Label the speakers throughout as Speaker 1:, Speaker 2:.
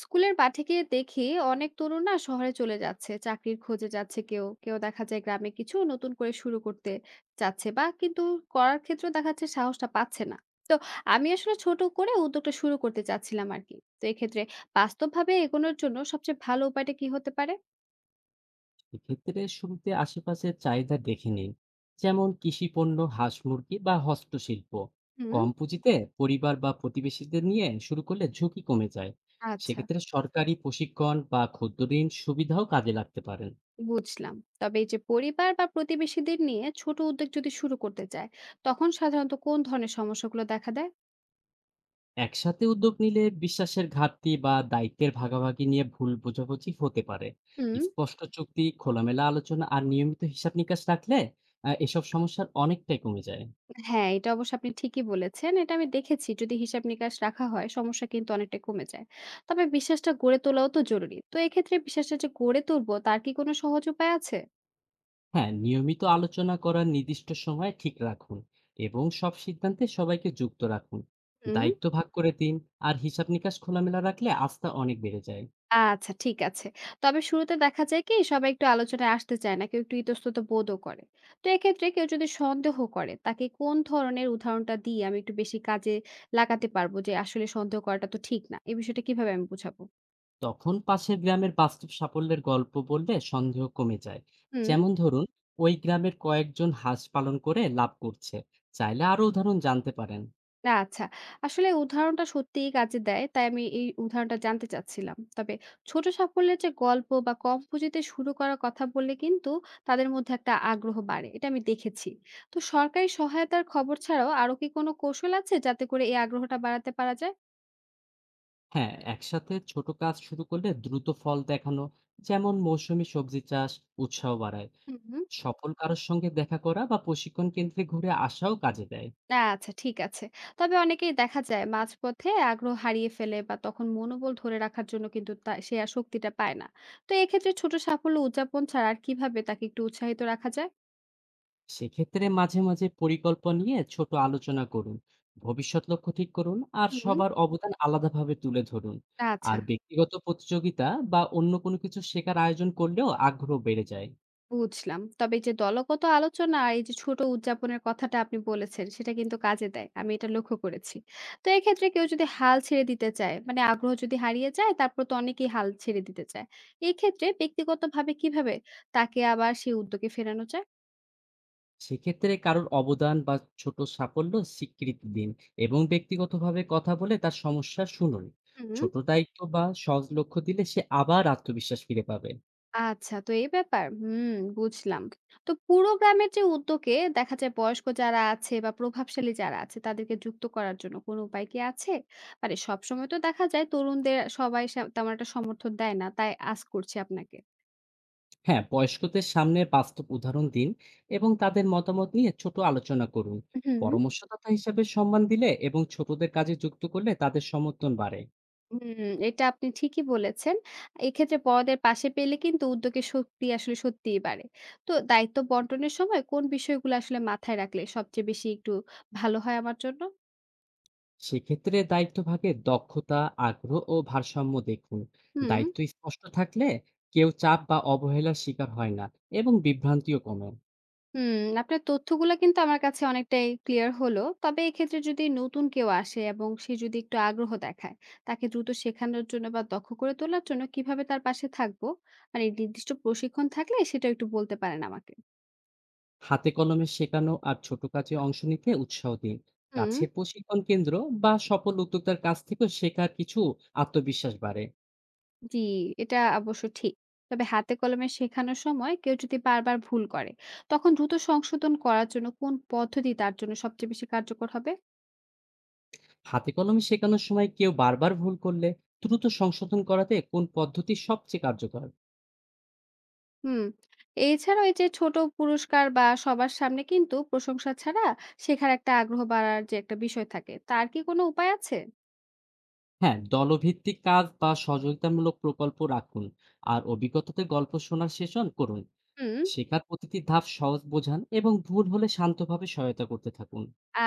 Speaker 1: স্কুলের মাঠে গিয়ে দেখি অনেক তরুণ না শহরে চলে যাচ্ছে চাকরির খোঁজে যাচ্ছে, কেউ কেউ দেখা যায় গ্রামে কিছু নতুন করে শুরু করতে চাচ্ছে বা কিন্তু করার ক্ষেত্রে দেখা যাচ্ছে সাহসটা পাচ্ছে না। তো আমি আসলে ছোট করে উদ্যোগটা শুরু করতে চাচ্ছিলাম আর কি। তো এক্ষেত্রে বাস্তবভাবে এগোনোর জন্য সবচেয়ে ভালো উপায়টা কি হতে পারে?
Speaker 2: এক্ষেত্রে শুরুতে আশেপাশের চাহিদা দেখে নিন। যেমন কৃষিপণ্য, হাঁস মুরগি বা হস্তশিল্প।
Speaker 1: হুম।
Speaker 2: কম পুঁজিতে পরিবার বা প্রতিবেশীদের নিয়ে শুরু করলে ঝুঁকি কমে যায়।
Speaker 1: আচ্ছা,
Speaker 2: সেক্ষেত্রে সরকারি প্রশিক্ষণ বা ক্ষুদ্র ঋণ সুবিধাও কাজে লাগতে পারেন।
Speaker 1: বুঝলাম। তবে এই যে পরিবার বা প্রতিবেশীদের নিয়ে ছোট উদ্যোগ যদি শুরু করতে চায়, তখন সাধারণত কোন ধরনের সমস্যাগুলো দেখা দেয়?
Speaker 2: একসাথে উদ্যোগ নিলে বিশ্বাসের ঘাটতি বা দায়িত্বের ভাগাভাগি নিয়ে ভুল বোঝাবুঝি হতে পারে।
Speaker 1: হুম।
Speaker 2: স্পষ্ট চুক্তি, খোলামেলা আলোচনা আর নিয়মিত হিসাব নিকাশ রাখলে এসব সমস্যার অনেকটাই কমে যায়।
Speaker 1: হ্যাঁ, এটা অবশ্য আপনি ঠিকই বলেছেন। এটা আমি দেখেছি। যদি হিসাব নিকাশ রাখা হয়, সমস্যা কিন্তু অনেকটাই কমে যায়। তবে বিশ্বাসটা গড়ে তোলাও তো জরুরি। তো এক্ষেত্রে বিশ্বাসটা যে গড়ে তুলবো, তার কি কোনো সহজ উপায় আছে?
Speaker 2: হ্যাঁ, নিয়মিত আলোচনা করার নির্দিষ্ট সময় ঠিক রাখুন এবং সব সিদ্ধান্তে সবাইকে যুক্ত রাখুন।
Speaker 1: হুম।
Speaker 2: দায়িত্ব ভাগ করে দিন আর হিসাব নিকাশ খোলামেলা রাখলে আস্থা অনেক বেড়ে যায়।
Speaker 1: আচ্ছা, ঠিক আছে। তবে শুরুতে দেখা যায় কি, সবাই একটু আলোচনায় আসতে চায় না। কেউ একটু ইতস্তত বোধও করে। তো এক্ষেত্রে কেউ যদি সন্দেহ করে, তাকে কোন ধরনের উদাহরণটা দিয়ে আমি একটু বেশি কাজে লাগাতে পারবো যে আসলে সন্দেহ করাটা তো ঠিক না। এই বিষয়টা কিভাবে আমি বুঝাবো?
Speaker 2: তখন পাশের গ্রামের বাস্তব সাফল্যের গল্প বললে সন্দেহ কমে যায়।
Speaker 1: হুম।
Speaker 2: যেমন ধরুন, ওই গ্রামের কয়েকজন হাঁস পালন করে লাভ করছে। চাইলে আরো উদাহরণ জানতে পারেন।
Speaker 1: না, আচ্ছা। আসলে উদাহরণটা সত্যিই কাজে দেয়। তাই আমি এই উদাহরণটা জানতে চাচ্ছিলাম। তবে ছোট সাফল্যের যে গল্প বা কম পুঁজিতে শুরু করার কথা বললে কিন্তু তাদের মধ্যে একটা আগ্রহ বাড়ে। এটা আমি দেখেছি। তো সরকারি সহায়তার খবর ছাড়াও আরো কি কোনো কৌশল আছে যাতে করে এই আগ্রহটা বাড়াতে পারা যায়?
Speaker 2: হ্যাঁ, একসাথে ছোট কাজ শুরু করলে দ্রুত ফল দেখানো, যেমন মৌসুমী সবজি চাষ, উৎসাহ বাড়ায়।
Speaker 1: হুম, হুম।
Speaker 2: সফল কারোর সঙ্গে দেখা করা বা প্রশিক্ষণ কেন্দ্রে ঘুরে আসাও কাজে দেয়।
Speaker 1: আচ্ছা, ঠিক আছে। তবে অনেকেই দেখা যায় মাঝপথে আগ্রহ হারিয়ে ফেলে বা তখন মনোবল ধরে রাখার জন্য কিন্তু তা সে আর শক্তিটা পায় না। তো এক্ষেত্রে ছোট সাফল্য উদযাপন ছাড়া আর কিভাবে তাকে একটু উৎসাহিত রাখা যায়?
Speaker 2: সেক্ষেত্রে মাঝে মাঝে পরিকল্পনা নিয়ে ছোট আলোচনা করুন। ভবিষ্যৎ লক্ষ্য ঠিক করুন আর
Speaker 1: হুম।
Speaker 2: সবার অবদান আলাদাভাবে তুলে ধরুন।
Speaker 1: আচ্ছা,
Speaker 2: আর ব্যক্তিগত প্রতিযোগিতা বা অন্য কোনো কিছু শেখার আয়োজন করলেও আগ্রহ বেড়ে যায়।
Speaker 1: বুঝলাম। তবে এই যে দলগত আলোচনা আর এই যে ছোট উদযাপনের কথাটা আপনি বলেছেন, সেটা কিন্তু কাজে দেয়। আমি এটা লক্ষ্য করেছি। তো এক্ষেত্রে কেউ যদি হাল ছেড়ে দিতে চায়, মানে আগ্রহ যদি হারিয়ে যায়, তারপর তো অনেকেই হাল ছেড়ে দিতে চায়। এই ক্ষেত্রে ব্যক্তিগতভাবে কিভাবে তাকে আবার সেই উদ্যোগে ফেরানো যায়?
Speaker 2: সেক্ষেত্রে কারোর অবদান বা ছোট সাফল্য স্বীকৃতি দিন এবং ব্যক্তিগতভাবে কথা বলে তার সমস্যা শুনুন।
Speaker 1: হুম।
Speaker 2: ছোট দায়িত্ব বা সহজ লক্ষ্য দিলে সে আবার আত্মবিশ্বাস ফিরে পাবে।
Speaker 1: আচ্ছা, তো এই ব্যাপার? হুম, বুঝলাম। তো পুরো গ্রামের যে উদ্যোগে দেখা যায় বয়স্ক যারা আছে বা প্রভাবশালী যারা আছে তাদেরকে যুক্ত করার জন্য কোনো উপায় কি আছে? মানে সবসময় তো দেখা যায় তরুণদের সবাই সে তেমন একটা সমর্থন দেয় না। তাই আস করছি আপনাকে।
Speaker 2: হ্যাঁ, বয়স্কদের সামনে বাস্তব উদাহরণ দিন এবং তাদের মতামত নিয়ে ছোট আলোচনা করুন।
Speaker 1: হুম।
Speaker 2: পরামর্শদাতা হিসাবে সম্মান দিলে এবং ছোটদের কাজে যুক্ত করলে তাদের সমর্থন বাড়ে।
Speaker 1: হুম, এটা আপনি ঠিকই বলেছেন। এক্ষেত্রে বড়দের পাশে পেলে কিন্তু উদ্যোগের শক্তি আসলে সত্যিই বাড়ে। তো দায়িত্ব বন্টনের সময় কোন বিষয়গুলো আসলে মাথায় রাখলে সবচেয়ে বেশি একটু ভালো হয় আমার জন্য?
Speaker 2: সেক্ষেত্রে দায়িত্ব ভাগে দক্ষতা, আগ্রহ ও ভারসাম্য দেখুন।
Speaker 1: হুম।
Speaker 2: দায়িত্ব স্পষ্ট থাকলে কেউ চাপ বা অবহেলার শিকার হয় না এবং বিভ্রান্তিও কমে।
Speaker 1: হুম, আপনার তথ্যগুলা কিন্তু আমার কাছে অনেকটাই ক্লিয়ার হলো। তবে এক্ষেত্রে যদি নতুন কেউ আসে এবং সে যদি একটু আগ্রহ দেখায়, তাকে দ্রুত শেখানোর জন্য বা দক্ষ করে তোলার জন্য কিভাবে তার পাশে থাকবো? মানে নির্দিষ্ট প্রশিক্ষণ থাকলে সেটা একটু বলতে পারেন আমাকে।
Speaker 2: হাতে কলমে শেখানো আর ছোট কাজে অংশ নিতে উৎসাহ দিন।
Speaker 1: হুম।
Speaker 2: কাছের প্রশিক্ষণ কেন্দ্র বা সফল উদ্যোক্তার কাছ থেকেও শেখার কিছু আত্মবিশ্বাস বাড়ে।
Speaker 1: জি, এটা অবশ্য ঠিক। তবে হাতে কলমে শেখানোর সময় কেউ যদি বারবার ভুল করে, তখন দ্রুত সংশোধন করার জন্য কোন পদ্ধতি তার জন্য সবচেয়ে বেশি কার্যকর হবে?
Speaker 2: হাতে কলমে শেখানোর সময় কেউ বারবার ভুল করলে দ্রুত সংশোধন করাতে কোন পদ্ধতি সবচেয়ে কার্যকর?
Speaker 1: হুম, এছাড়াও এই যে ছোট পুরস্কার বা সবার সামনে কিন্তু প্রশংসা ছাড়া শেখার একটা আগ্রহ বাড়ার যে একটা বিষয় থাকে, তার কি কোনো উপায় আছে?
Speaker 2: হ্যাঁ, দলভিত্তিক কাজ বা সহযোগিতামূলক প্রকল্প রাখুন আর অভিজ্ঞতাতে গল্প শোনার সেশন করুন।
Speaker 1: হুম।
Speaker 2: শেখার প্রতিটি ধাপ সহজ বোঝান এবং ভুল হলে শান্তভাবে সহায়তা করতে থাকুন।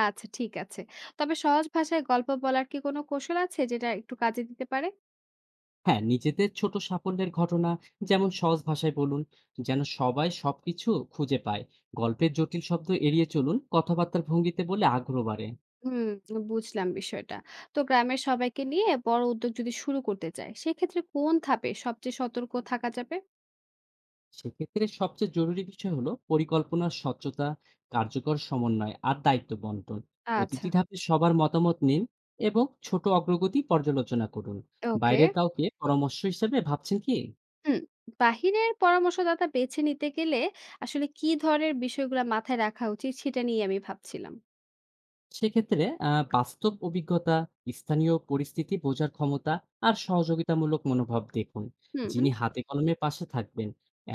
Speaker 1: আচ্ছা, ঠিক আছে। তবে সহজ ভাষায় গল্প বলার কি কোনো কৌশল আছে যেটা একটু কাজে দিতে পারে?
Speaker 2: হ্যাঁ, নিজেদের ছোট সাফল্যের ঘটনা যেমন সহজ ভাষায় বলুন, যেন সবাই সবকিছু খুঁজে পায়। গল্পের জটিল শব্দ এড়িয়ে চলুন, কথাবার্তার ভঙ্গিতে বলে আগ্রহ বাড়ে।
Speaker 1: হুম, বুঝলাম বিষয়টা। তো গ্রামের সবাইকে নিয়ে বড় উদ্যোগ যদি শুরু করতে চায়, সেক্ষেত্রে কোন ধাপে সবচেয়ে সতর্ক থাকা যাবে?
Speaker 2: সেক্ষেত্রে সবচেয়ে জরুরি বিষয় হলো পরিকল্পনার স্বচ্ছতা, কার্যকর সমন্বয় আর দায়িত্ব বন্টন।
Speaker 1: আচ্ছা,
Speaker 2: প্রতিটি ধাপে সবার মতামত নিন এবং ছোট অগ্রগতি পর্যালোচনা করুন।
Speaker 1: ওকে।
Speaker 2: বাইরের কাউকে পরামর্শ হিসেবে ভাবছেন কি?
Speaker 1: হুম, বাহিরের পরামর্শদাতা বেছে নিতে গেলে আসলে কি ধরনের বিষয়গুলো মাথায় রাখা উচিত সেটা নিয়ে আমি ভাবছিলাম।
Speaker 2: সেক্ষেত্রে বাস্তব অভিজ্ঞতা, স্থানীয় পরিস্থিতি বোঝার ক্ষমতা আর সহযোগিতামূলক মনোভাব দেখুন।
Speaker 1: হুম,
Speaker 2: যিনি হাতে কলমে পাশে থাকবেন,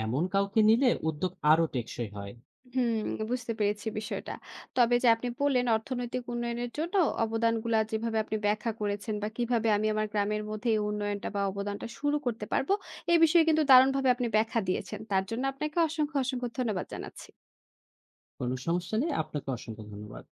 Speaker 2: এমন কাউকে নিলে উদ্যোগ আরও টেকসই হয়।
Speaker 1: হুম, বুঝতে পেরেছি বিষয়টা। তবে যে আপনি বললেন অর্থনৈতিক উন্নয়নের জন্য অবদানগুলা যেভাবে আপনি ব্যাখ্যা করেছেন বা কিভাবে আমি আমার গ্রামের মধ্যে এই উন্নয়নটা বা অবদানটা শুরু করতে পারবো, এ বিষয়ে কিন্তু দারুণভাবে আপনি ব্যাখ্যা দিয়েছেন। তার জন্য আপনাকে অসংখ্য, অসংখ্য ধন্যবাদ জানাচ্ছি।
Speaker 2: কোনো সমস্যা নেই, আপনাকে অসংখ্য ধন্যবাদ।